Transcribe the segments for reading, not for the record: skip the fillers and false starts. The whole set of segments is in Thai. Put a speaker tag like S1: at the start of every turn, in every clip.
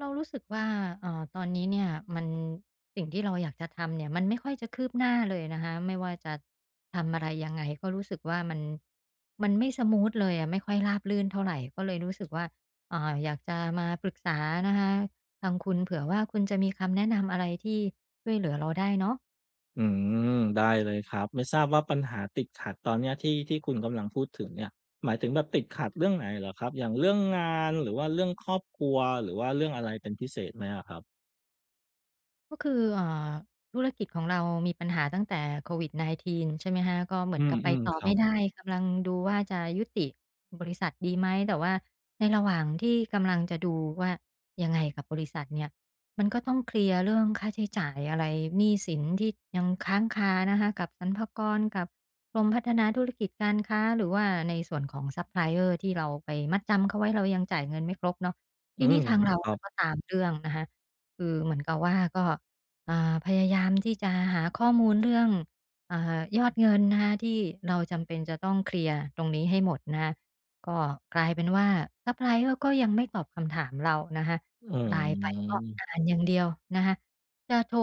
S1: เรารู้สึกว่าตอนนี้เนี่ยมันสิ่งที่เราอยากจะทำเนี่ยมันไม่ค่อยจะคืบหน้าเลยนะคะไม่ว่าจะทำอะไรยังไงก็รู้สึกว่ามันไม่สมูทเลยอะไม่ค่อยราบรื่นเท่าไหรก็เลยรู้สึกว่าเอ่าอยากจะมาปรึกษานะคะทางคุณเผื่อว่าคุณจะมีคำแนะนำอะไรที่ช่วยเหลือเราได้เนาะ
S2: อืมได้เลยครับไม่ทราบว่าปัญหาติดขัดตอนเนี้ยที่คุณกำลังพูดถึงเนี่ยหมายถึงแบบติดขัดเรื่องไหนเหรอครับอย่างเรื่องงานหรือว่าเรื่องครอบครัวหรือว่าเรื่องอะไรเป็นพิเศษไหมอะครับ
S1: ก็คือธุรกิจของเรามีปัญหาตั้งแต่โควิด -19 ใช่ไหมคะก็เหมื
S2: อื
S1: อน
S2: ม
S1: กับไป
S2: อืม
S1: ต่อ
S2: ครั
S1: ไม่
S2: บ
S1: ได้กำลังดูว่าจะยุติบริษัทดีไหมแต่ว่าในระหว่างที่กำลังจะดูว่ายังไงกับบริษัทเนี่ยมันก็ต้องเคลียร์เรื่องค่าใช้จ่ายอะไรหนี้สินที่ยังค้างคานะคะกับสรรพากรกับกรมพัฒนาธุรกิจการค้าหรือว่าในส่วนของซัปพลายเออร์ที่เราไปมัดจำเขาไว้เรายังจ่ายเงินไม่ครบเนาะ
S2: อื
S1: ทีนี้
S2: ม
S1: ทางเรา
S2: ครั
S1: เนี่
S2: บ
S1: ยก็ตามเรื่องนะคะ คือเหมือนกับว่าก็อ่าพยายามที่จะหาข้อมูลเรื่องยอดเงินนะคะที่เราจำเป็นจะต้องเคลียร์ตรงนี้ให้หมดนะคะก็กลายเป็นว่าซัปพลายเออร์ก็ยังไม่ตอบคำถามเรานะคะ
S2: อื
S1: ไลน์ไปก็อ่า
S2: ม
S1: นอย่างเดียวนะคะจะโทร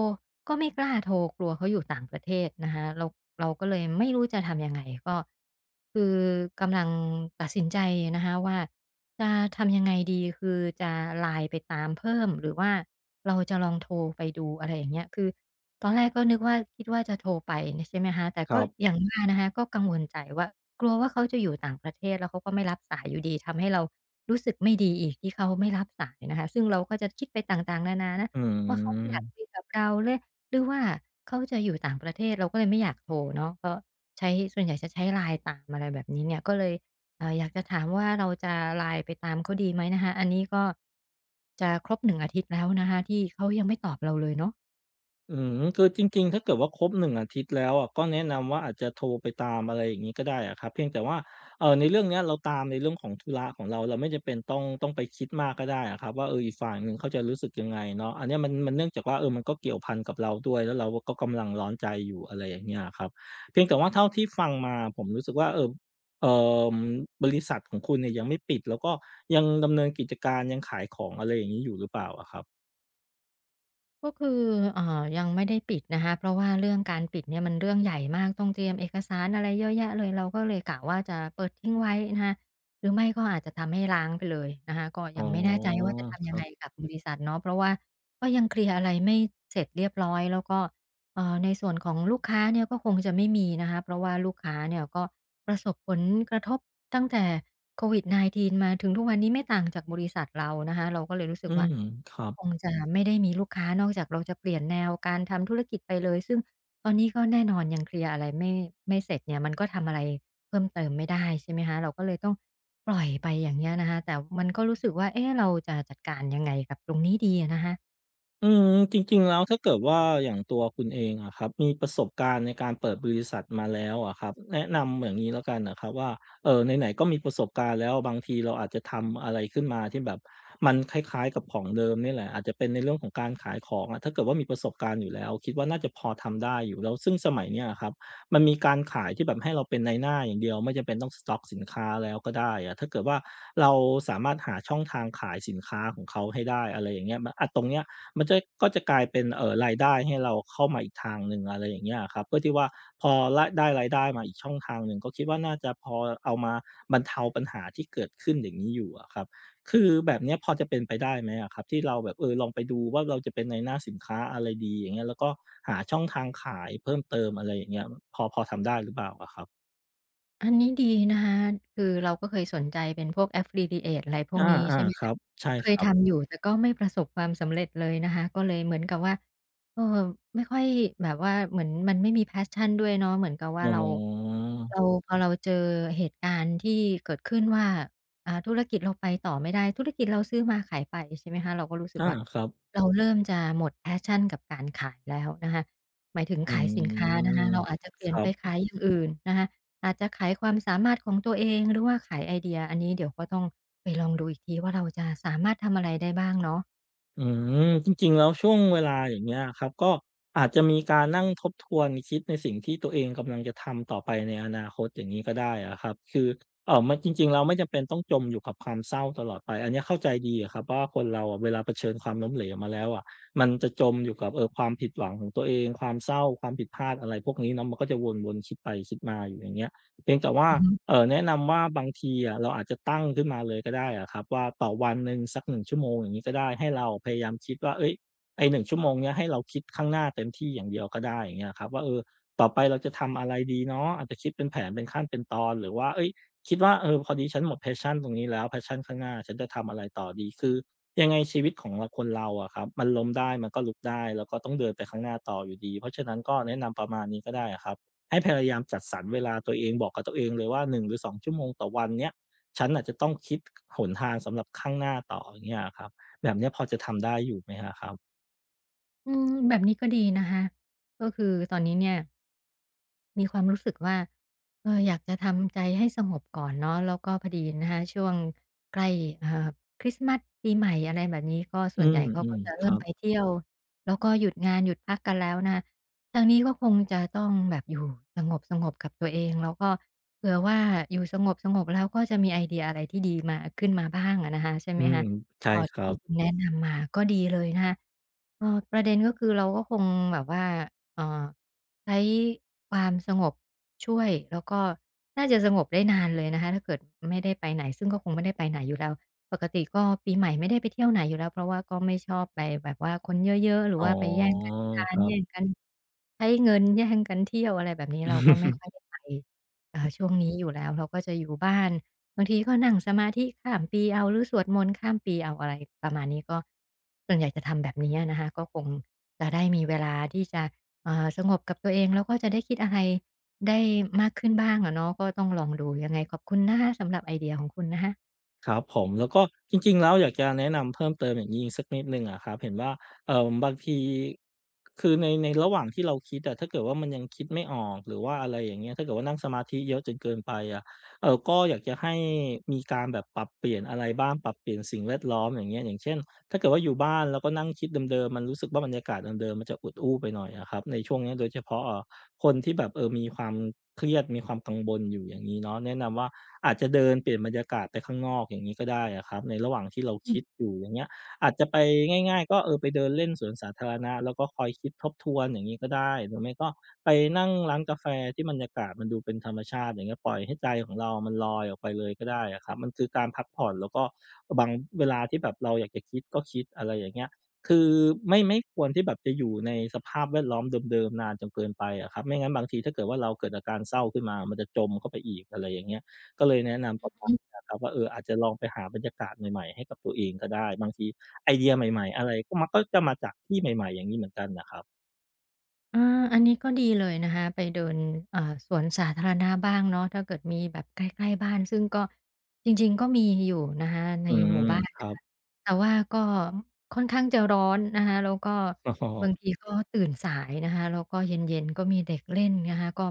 S1: ก็ไม่กล้าโทรกลัวเขาอยู่ต่างประเทศนะคะเราเราก็เลยไม่รู้จะทำยังไงก็คือกำลังตัดสินใจนะคะว่าจะทำยังไงดีคือจะไลน์ไปตามเพิ่มหรือว่า เราจะลองโทรไปดูอะไรอย่างเงี้ยคือตอนแรกก็นึกว่าคิดว่าจะโทรไปเนี่ยใช่ไหมคะแต่
S2: ค
S1: ก็
S2: รั
S1: อ
S2: บ
S1: ย่างว่านะคะก็กังวลใจว่ากลัวว่าเขาจะอยู่ต่างประเทศแล้วเขาก็ไม่รับสายอยู่ดีทำให้เรารู้สึกไม่ดีอีกที่เขาไม่รับสายนะคะซึ่งเราก็จะคิดไปต่างๆนานานะ
S2: อื
S1: ว่าเขาไม่อยากคุ
S2: ม
S1: ยกับเราหรือหรือว่าเขาจะอยู่ต่างประเทศเราก็เลยไม่อยากโทรเนาะก็ใช้ส่วนใหญ่จะใช้ LINE ตามอะไรแบบนี้เนี่ยก็เลย อยากจะถามว่าเราจะไลน์ไปตามเขาดีไหมนะคะอันนี้ก็จะครบ1อาทิตย์แล้วนะคะที่เขายังไม่ตอบเราเลยเนาะ
S2: อืมคือจริงๆถ้าเกิดว่าครบหนึ่งอาทิตย์แล้วอะก็แนะนำว่าอาจจะโทรไปตามอะไรอย่างงี้ก็ได้อะครับเพียงแต่ว่าในเรื่องเนี้ยเราตามในเรื่องของธุระของเราเราไม่จำเป็นต้องไปคิดมากก็ได้อะครับว่าเอออีกฝ่ายหนึ่งเขาจะรู้สึกยังไงเนาะอันเนี้ยมันเนื่องจากว่าเออมันก็เกี่ยวพันกับเราด้วยแล้วเราก็กำลังร้อนใจอยู่อะไรอย่างเงี้ยอะครับเพียงแต่ว่าเท่าที่ฟังมาผมรู้สึกว่าเอ่อบริษัทของคุณเนี่ยยังไม่ปิดแล้วก็ยังดำเนินกิจการยังขายของอะไรอย่างงี้อยู่หรือเปล่าอะครับ
S1: ก็คือยังไม่ได้ปิดนะคะเพราะว่าเรื่องการปิดเนี่ยมันเรื่องใหญ่มากต้องเตรียมเอกสารอะไรเยอะแยะเลยเราก็เลยกะว่าจะเปิดทิ้งไว้นะคะหรือไม่ก็อาจจะทำให้ล้างไปเลยนะคะก็
S2: อ๋อ
S1: ยังไม่แน่ใจว่าจะทำ
S2: ค
S1: ยัง
S2: รั
S1: ไง
S2: บ
S1: กับบริษัทเนาะเพราะว่าก็ยังเคลียร์อะไรไม่เสร็จเรียบร้อยแล้วก็ในส่วนของลูกค้าเนี่ยก็คงจะไม่มีนะคะเพราะว่าลูกค้าเนี่ยก็ประสบผลกระทบตั้งแต่ COVID-19 มาถึงทุกวันนี้ไม่ต่างจากบริษัทเรานะคะเราก็เลยรู้สึ
S2: อื
S1: กว่า
S2: มครั
S1: ก็
S2: บ
S1: คงจะไม่ได้มีลูกค้านอกจากเราจะเปลี่ยนแนวการทำธุรกิจไปเลยซึ่งตอนนี้ก็แน่นอนยังเคลียร์อะไรไม่เสร็จเนี่ยมันก็ทำอะไรเพิ่มเติมไม่ได้ใช่ไหมคะเราก็เลยต้องปล่อยไปอย่างเงี้ยนะคะแต่มันก็รู้สึกว่าเอ๊ะเราจะจัดการยังไงกับตรงนี้ดีอะนะคะ
S2: อืมจริงๆแล้วถ้าเกิดว่าอย่างตัวคุณเองอะครับมีประสบการณ์ในการเปิดบริษัทมาแล้วอะครับแนะนำอย่างนี้แล้วกันนะครับว่าไหนๆก็มีประสบการณ์แล้วบางทีเราอาจจะทำอะไรขึ้นมาที่แบบมันคล้ายๆกับของเดิมนี่แหละอาจจะเป็นในเรื่องของการขายของอะถ้าเกิดว่ามีประสบการณ์อยู่แล้วคิดว่าน่าจะพอทำได้อยู่แล้วซึ่งสมัยเนี้ยอะครับมันมีการขายที่แบบให้เราเป็นนายหน้าอย่างเดียวไม่จำเป็นต้องสต็อกสินค้าแล้วก็ได้อะถ้าเกิดว่าเราสามารถหาช่องทางขายสินค้าของเขาให้ได้อะไรอย่างเงี้ยมอะตรงเนี้ย มันจะก็จะกลายเป็นรายได้ให้เราเข้ามาอีกทางหนึ่งอะไรอย่างเงี้ยอะครับเพื่อที่ว่าพอรได้รายได้มาอีกช่องทางหนึ่งก็คิดว่าน่าจะพอเอามาบรรเทาปัญหาที่เกิดขึ้นอย่างนี้อยู่อะครับคือแบบเนี้ยพอจะเป็นไปได้ไหมอะครับที่เราแบบเออลองไปดูว่าเราจะเป็นนายหน้าสินค้าอะไรดีอย่างเงี้ยแล้วก็หาช่องทางขายเพิ่มเติมอะไรอย่างเงี้ยพอทำได้หรือเปล่าอะครับ
S1: อันนี้ดีนะคะคือเราก็เคยสนใจเป็นพวก Affiliate อะไรพวก
S2: อา
S1: นี้ใช่ไหม
S2: ๆครั
S1: คะ
S2: บใช่
S1: เค
S2: ค
S1: ย
S2: รับ
S1: ทำอยู่แต่ก็ไม่ประสบความสำเร็จเลยนะคะก็เลยเหมือนกับว่าเออไม่ค่อยแบบว่าเหมือนมันไม่มี passion ด้วยเนาะเหมือนกับว่า
S2: อ๋
S1: เรา
S2: อ
S1: เราพอเราเจอเหตุการณ์ที่เกิดขึ้นว่าธุรกิจเราไปต่อไม่ได้ ธุรกิจเราซื้อมาขายไปใช่ไหมคะเราก็รู้สึก
S2: อา
S1: ว่า
S2: ครับ
S1: เราเริ่มจะหมด passion กับการขายแล้วนะคะหมายถึง
S2: อื
S1: ขายสินค้านะคะ
S2: ม
S1: เราอาจจะเป
S2: ค
S1: ลี่ยน
S2: รั
S1: ไป
S2: บ
S1: ขายอย่างอื่นนะคะ อาจจะขายความสามารถของตัวเองหรือว่าขายไอเดียอันนี้เดี๋ยวก็ต้องไปลองดูอีกทีว่าเราจะสามารถทำอะไรได้บ้างเนาะ
S2: อืมจริงๆแล้วช่วงเวลาอย่างเงี้ยครับก็อาจจะมีการนั่งทบทวนคิดในสิ่งที่ตัวเองกำลังจะทำต่อไปในอนาคตอย่างนี้ก็ได้อะครับคือมันจริงๆแล้วไม่จำเป็นต้องจมอยู่กับความเศร้าตลอดไปอันเนี้ยเข้าใจดีอะครับว่าคนเราอะเวลาเผชิญความล้มเหลวมาแล้วอะมันจะจมอยู่กับความผิดหวังของตัวเองความเศร้าความผิดพลาดอะไรพวกนี้เนาะมันก็จะวนๆคิดไปคิดมาอยู่อย่างเงี้ยเพียงแต่ว่า
S1: อือฮึ
S2: แนะนำว่าบางทีอะเราอาจจะตั้งขึ้นมาเลยก็ได้อะครับว่าต่อวันหนึ่งสัก1ชั่วโมงอย่างงี้ก็ได้ให้เราพยายามคิดว่าเฮ้ยไอ้หนึ่งชั่วโมงเนี้ยให้เราคิดข้างหน้าเต็มที่อย่างเดียวก็ได้อย่างเงี้ยครับว่าเออต่อไปเราจะทำอะไรดีเนาะอาจจะคิดเป็นแผนเป็นขั้นเป็นตอนหรือว่าเฮ้ยคิดว่าเออพอดีฉันหมด passion ตรงนี้แล้ว passion ข้างหน้าฉันจะทำอะไรต่อดีคือยังไงชีวิตของเราคนเราอะครับมันล้มได้มันก็ลุกได้แล้วก็ต้องเดินไปข้างหน้าต่ออยู่ดีเพราะฉะนั้นก็แนะนำประมาณนี้ก็ได้อะครับ ให้พยายามจัดสรรเวลาตัวเองบอกกับตัวเองเลยว่า1หรือ2ชั่วโมงต่อวันเนี้ยฉันน่ะจะต้องคิดหนทางสำหรับข้างหน้าต่ออย่างเงี้ยอะครับแบบเนี้ยพอจะทำได้อยู่ไหมอะครับ
S1: อืมแบบนี้ก็ดีนะคะก็คือตอนนี้เนี่ย มีความรู้สึกว่าอยากจะทำใจให้สงบก่อนเนาะแล้วก็พอดีนะคะช่วงใกล้อ่าคริสต์มาสปีใหม่อะไรแบบนี้ก็
S2: อื
S1: ส่วนใหญ่เขาก็
S2: ม
S1: จะ
S2: ๆค
S1: เริ่
S2: รั
S1: มไป
S2: บ
S1: เที่ยวแล้วก็หยุดงานหยุดพักกันแล้วนะคะทางนี้ก็คงจะต้องแบบอยู่สงบๆกับตัวเองแล้วก็เผื่อว่าอยู่สงบๆแล้วก็จะมีไอเดียอะไรที่ดีมาขึ้นมาบ้างอะนะคะใช่
S2: อื
S1: ไหม
S2: ม
S1: คะ
S2: ใช่
S1: ก็
S2: ครั
S1: ที่
S2: บ
S1: คุณแนะนำมาก็ดีเลยนะคะเออประเด็นก็คือเราก็คงแบบว่าเอ่อ ใช้ความสงบช่วยแล้วก็น่าจะสงบได้นานเลยนะคะถ้าเกิดไม่ได้ไปไหนซึ่งก็คงไม่ได้ไปไหนอยู่แล้วปกติก็ปีใหม่ไม่ได้ไปเที่ยวไหนอยู่แล้วเพราะว่าก็ไม่ชอบไปแบบว่าคนเยอะๆหรือ
S2: อ๋อ
S1: ว่าไปแย่งกันทา
S2: ค
S1: น
S2: รั
S1: แย่ง
S2: บ
S1: กันใช้เงินแย่งกันเที่ยวอะไรแบบนี้เราก็ไม่ค่อยได้ไปช่วงนี้อยู่แล้วเราก็จะอยู่บ้านบางทีก็นั่งสมาธิข้ามปีเอาหรือสวดมนต์ข้ามปีเอาอะไรประมาณนี้ก็ส่วนใหญ่จะทำแบบนี้อะนะคะก็คงจะได้มีเวลาที่จะ สงบกับตัวเองแล้วก็จะได้คิดอะไรได้มากขึ้นบ้างอะเนาะก็ต้องลองดูยังไงขอบคุณนะคะสำหรับไอเดียของคุณนะคะ
S2: ครับผมแล้วก็จริงๆแล้วอยากจะแนะนำเพิ่มเติมอย่างนี้อีกสักนิดหนึ่งอะครับเห็นว่าบางทีคือในระหว่างที่เราคิดอะถ้าเกิดว่ามันยังคิดไม่ออกหรือว่าอะไรอย่างเงี้ยถ้าเกิดว่านั่งสมาธิเยอะจนเกินไปอะก็อยากจะให้มีการแบบปรับเปลี่ยนอะไรบ้างปรับเปลี่ยนสิ่งแวดล้อมอย่างเงี้ยอย่างเช่น ถ้าเกิดว่าอยู่บ้านแล้วก็นั่งคิดเดิมๆมันรู้สึกว่าบรรยากาศเดิมๆมันจะอุดอู้ไปหน่อยอะครับในช่วงเนี้ยโดยเฉพาะคนที่แบบมีความเครียดมีความกังวลอยู่อย่างงี้เนาะแนะนำว่าอาจจะเดินเปลี่ยนบรรยากาศไปข้างนอกอย่างงี้ก็ได้อะครับในระหว่างที่เราคิดอยู่อย่างเงี้ยอาจจะไปง่ายๆก็เออไปเดินเล่นสวนสาธารณะแล้วก็คอยคิดทบทวนอย่างงี้ก็ได้หรือไม่ก็ไปนั่งร้านกาแฟที่บรรยากาศมันดูเป็นธรรมชาติอย่างเงี้ยปล่อยให้ใจของเรามันลอยออกไปเลยก็ได้อะครับมันคือการพักผ่อนแล้วก็ บางเวลาที่แบบเราอยากจะคิดก็คิดอะไรอย่างเงี้ยคือไม่ควรที่แบบจะอยู่ในสภาพแวดล้อมเดิมๆนานจนเกินไปอะครับไม่งั้นบางทีถ้าเกิดว่าเราเกิดอาการเศร้าขึ้นมามันจะจมเข้าไปอีกอะไรอย่างเงี้ยก็เลยแนะนำประมาณเนี้ะครับว่าเอออาจจะลองไปหาบรรยากาศใหม่ๆให้กับตัวเองก็ได้บางทีไอเดียใหม่ๆอะไรก็มักก็จะมาจากที่ใหม่ๆอย่างงี้เหมือนกันน่ะครับ
S1: อาอันนี้ก็ดีเลยนะคะไปเดินเอ่อสวนสาธารณะบ้างเนาะถ้าเกิดมีแบบใกล้ๆบ้านซึ่งก็จริงๆก็มีอยู่นะคะใน
S2: อื
S1: ห
S2: ม
S1: มู่บ้าน
S2: ครั
S1: นะคะ
S2: บ
S1: แต่ว่าก็ค่อนข้างจะร้อนนะคะแล้วก็
S2: อ๋อ
S1: บางทีก็ตื่นสายนะคะแล้วก็เย็นๆก็มีเด็กเล่นนะคะก็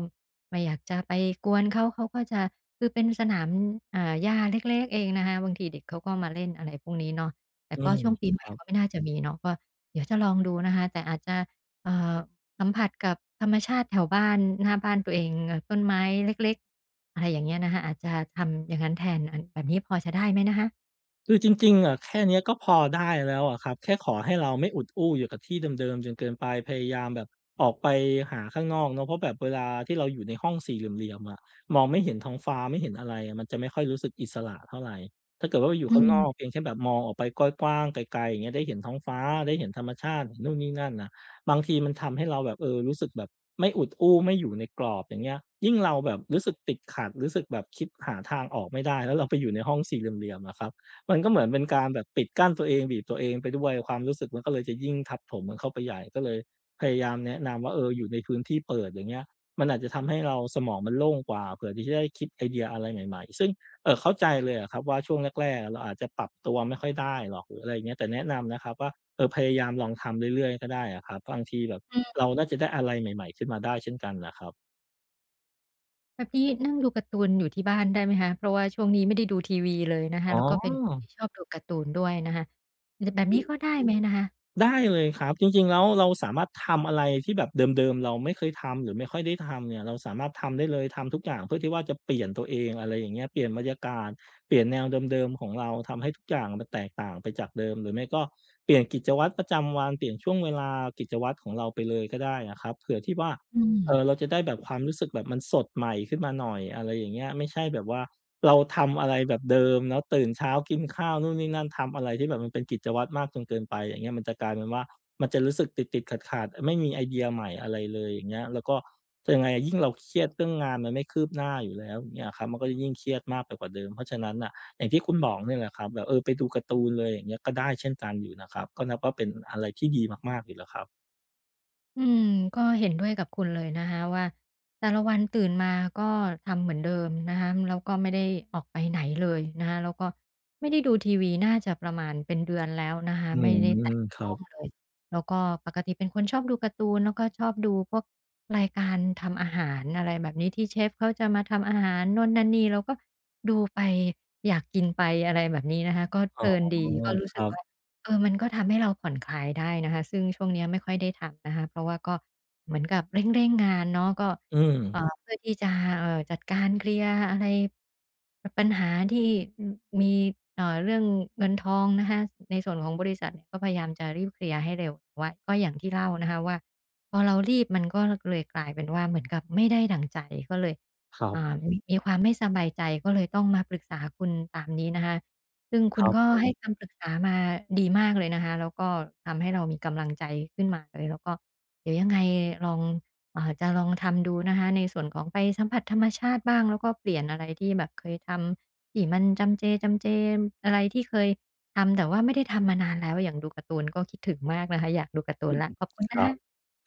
S1: ไม่อยากจะไปกวนเขาเขาก็จะคือเป็นสนามหญ้าเล็กๆเองนะคะบางทีเด็กเขาก็มาเล่นอะไรพวกนี้เนาะแต่
S2: อื
S1: ก็
S2: ม
S1: ช่วงปี
S2: ค
S1: ใหม่
S2: รั
S1: ก็
S2: บ
S1: ไม่น่าจะมีเนาะก็เดี๋ยวจะลองดูนะคะแต่อาจจะเอ่อ สัมผัสกับธรรมชาติแถวบ้านหน้าบ้านตัวเองเอ่อต้นไม้เล็กๆอะไรอย่างเงี้ยนะคะอาจจะทำอย่างนั้นแทนอันแบบนี้พอจะได้ไหมนะคะ
S2: คือจริงๆอะแค่เนี้ยก็พอได้แล้วอะครับแค่ขอให้เราไม่อุดอู้อยู่กับที่เดิมๆจนเกินไปพยายามแบบออกไปหาข้างนอกเนาะเพราะแบบเวลาที่เราอยู่ในห้องสี่เหลี่ยมๆอะมองไม่เห็นท้องฟ้าไม่เห็นอะไรอะมันจะไม่ค่อยรู้สึกอิสระเท่าไรถ้าเกิดว่าไปอยู่
S1: อื
S2: ข้างน
S1: ม
S2: อกเพียงแค่แบบมองออกไปกว้างๆไกลๆอย่างเงี้ยได้เห็นท้องฟ้าได้เห็นธรรมชาติเห็นนู่นนี่นั่นน่ะบางทีมันทำให้เราแบบเออรู้สึกแบบไม่อุดอู้ไม่อยู่ในกรอบอย่างเงี้ยยิ่งเราแบบรู้สึกติดขัดรู้สึกแบบคิดหาทางออกไม่ได้แล้วเราไปอยู่ในห้องสี่เหลี่ยมๆอะครับ มันก็เหมือนเป็นการแบบปิดกั้นตัวเองบีบตัวเองไปด้วยความรู้สึกมันก็เลยจะยิ่งทับถมกันเข้าไปใหญ่ก็เลยพยายามแนะนำว่าเอออยู่ในพื้นที่เปิดอย่างเงี้ยมันอาจจะทำให้เราสมองมันโล่งกว่าเผื่อที่จะได้คิดไอเดียอะไรใหม่ๆซึ่งเข้าใจเลยอะครับว่าช่วงแรกๆเราอาจจะปรับตัวไม่ค่อยได้หรอกหรืออะไรอย่างเงี้ยแต่แนะนำนะครับว่าเออพยายามลองทำเรื่อยๆก็ได้อะครับบางทีแบบ
S1: อืม
S2: เราน่าจะได้อะไรใหม่ๆขึ้นมาได้เช่นกันนะครับ
S1: แบบนี้นั่งดูการ์ตูนอยู่ที่บ้านได้ไหมคะเพราะว่าช่วงนี้ไม่ได้ดูทีวีเลยนะคะ
S2: อ๋
S1: แล้วก็เป็นคนที่
S2: อ
S1: ชอบดูการ์ตูนด้วยนะคะดแบบนี้ก็ได้ไหมนะคะ
S2: ได้เลยครับจริงๆแล้วเราสามารถทำอะไรที่แบบเดิมๆเราไม่เคยทำหรือไม่ค่อยได้ทำเนี่ยเราสามารถทำได้เลยทำทุกอย่างเพื่อที่ว่าจะเปลี่ยนตัวเองอะไรอย่างเงี้ยเปลี่ยนบรรยากาศเปลี่ยนแนวเดิมๆของเราทำให้ทุกอย่างมันแตกต่างไปจากเดิมหรือไม่ก็เปลี่ยนกิจวัตรประจำวันเปลี่ยนช่วงเวลากิจวัตรของเราไปเลยก็ได้อะครับเผื่อที่ว่า
S1: อืม
S2: เออเราจะได้แบบความรู้สึกแบบมันสดใหม่ขึ้นมาหน่อยอะไรอย่างเงี้ยไม่ใช่แบบว่าเราทำอะไรแบบเดิมเนาะตื่นเช้ากินข้าวนู่นนี่นั่นทำอะไรที่แบบมันเป็นกิจวัตรมากจนเกินไปอย่างเงี้ยมันจะกลายเป็นว่ามันจะรู้สึกติดๆขัดๆไม่มีไอเดียใหม่อะไรเลยอย่างเงี้ยแล้วก็จะยังไงอะยิ่งเราเครียดเรื่องงานมันไม่คืบหน้าอยู่แล้วอย่างเงี้ยอะครับมันก็จะยิ่งเครียดมากไปกว่าเดิมเพราะฉะนั้นน่ะอย่างที่คุณบอกเนี่ยแหละครับแบบเออไปดูการ์ตูนเลยอย่างเงี้ยก็ได้เช่นกันอยู่นะครับก็นับว่าเป็นอะไรที่ดีมากๆอยู่แล้วครับ
S1: อืมก็เห็นด้วยกับคุณเลยนะคะว่าแต่ละวันตื่นมาก็ทำเหมือนเดิมนะคะแล้วก็ไม่ได้ออกไปไหนเลยนะคะแล้วก็ไม่ได้ดูทีวีน่าจะประมาณเป็นเดือนแล้วนะคะ
S2: อื
S1: ไม่
S2: ม
S1: ได้แตะ
S2: ครั
S1: ต้อ
S2: บ
S1: งเลยแล้วก็ปกติเป็นคนชอบดูการ์ตูนแล้วก็ชอบดูพวกรายการทำอาหารอะไรแบบนี้ที่เชฟเขาจะมาทำอาหารโน่นนั่นนี่เราก็ดูไปอยากกินไปอะไรแบบนี้นะคะก็
S2: อ๋
S1: เพ
S2: อ
S1: ลินดีก็รู้
S2: ค
S1: สึ
S2: รั
S1: กว่า
S2: บ
S1: เออ มันก็ทำให้เราผ่อนคลายได้นะคะ ซึ่งช่วงเนี้ยไม่ค่อยได้ทำนะคะ เพราะว่าก็เหมือนกับเร่งๆงงานเนาะก็
S2: อืม
S1: เพื่อที่จะจัดการเคลียร์อะไรปัญหาที่อือมีเรื่องเงินทองนะคะ ในส่วนของบริษัทเนี่ยก็พยายามจะรีบเคลียร์ให้เร็วแต่ว่าก็อย่างที่เล่านะคะว่าพอเรารีบมันก็เลยกลายเป็นว่าเหมือนกับไม่ได้ดั่งใจก็เลย
S2: ครับ
S1: มีความไม่สบายใจก็เลยต้องมาปรึกษาคุณตามนี้นะคะ ซึ่ง
S2: ค
S1: คุณ
S2: รับ
S1: ก็
S2: ผ
S1: ให้
S2: ม
S1: คำปรึกษามาดีมากเลยนะคะแล้วก็ทำให้เรามีกำลังใจขึ้นมาเลยแล้วก็เดี๋ยวยังไงลองจะลองทำดูนะคะในส่วนของไปสัมผัสธรรมชาติบ้างแล้วก็เปลี่ยนอะไรที่แบบเคยทำที่มันจำเจๆอะไรที่เคยทำแต่ว่าไม่ได้ทำมานานแล้วอย่างดูการ์ตูนก็คิดถึงมากนะคะอยากดูการ์ตูนแล้ว ขอบคุณ
S2: ค
S1: นะ
S2: รับ
S1: คะ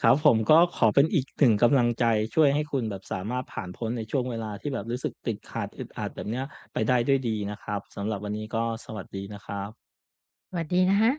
S2: ครับผมก็ขอเป็นอีกหนึ่งกำลังใจช่วยให้คุณแบบสามารถผ่านพ้นในช่วงเวลาที่แบบรู้สึกติดขัดอึดอัดแบบเนี้ยไปได้ด้วยดีนะครับสำหรับวันนี้ก็สวัสดีนะครับ
S1: สวัสดีนะคะ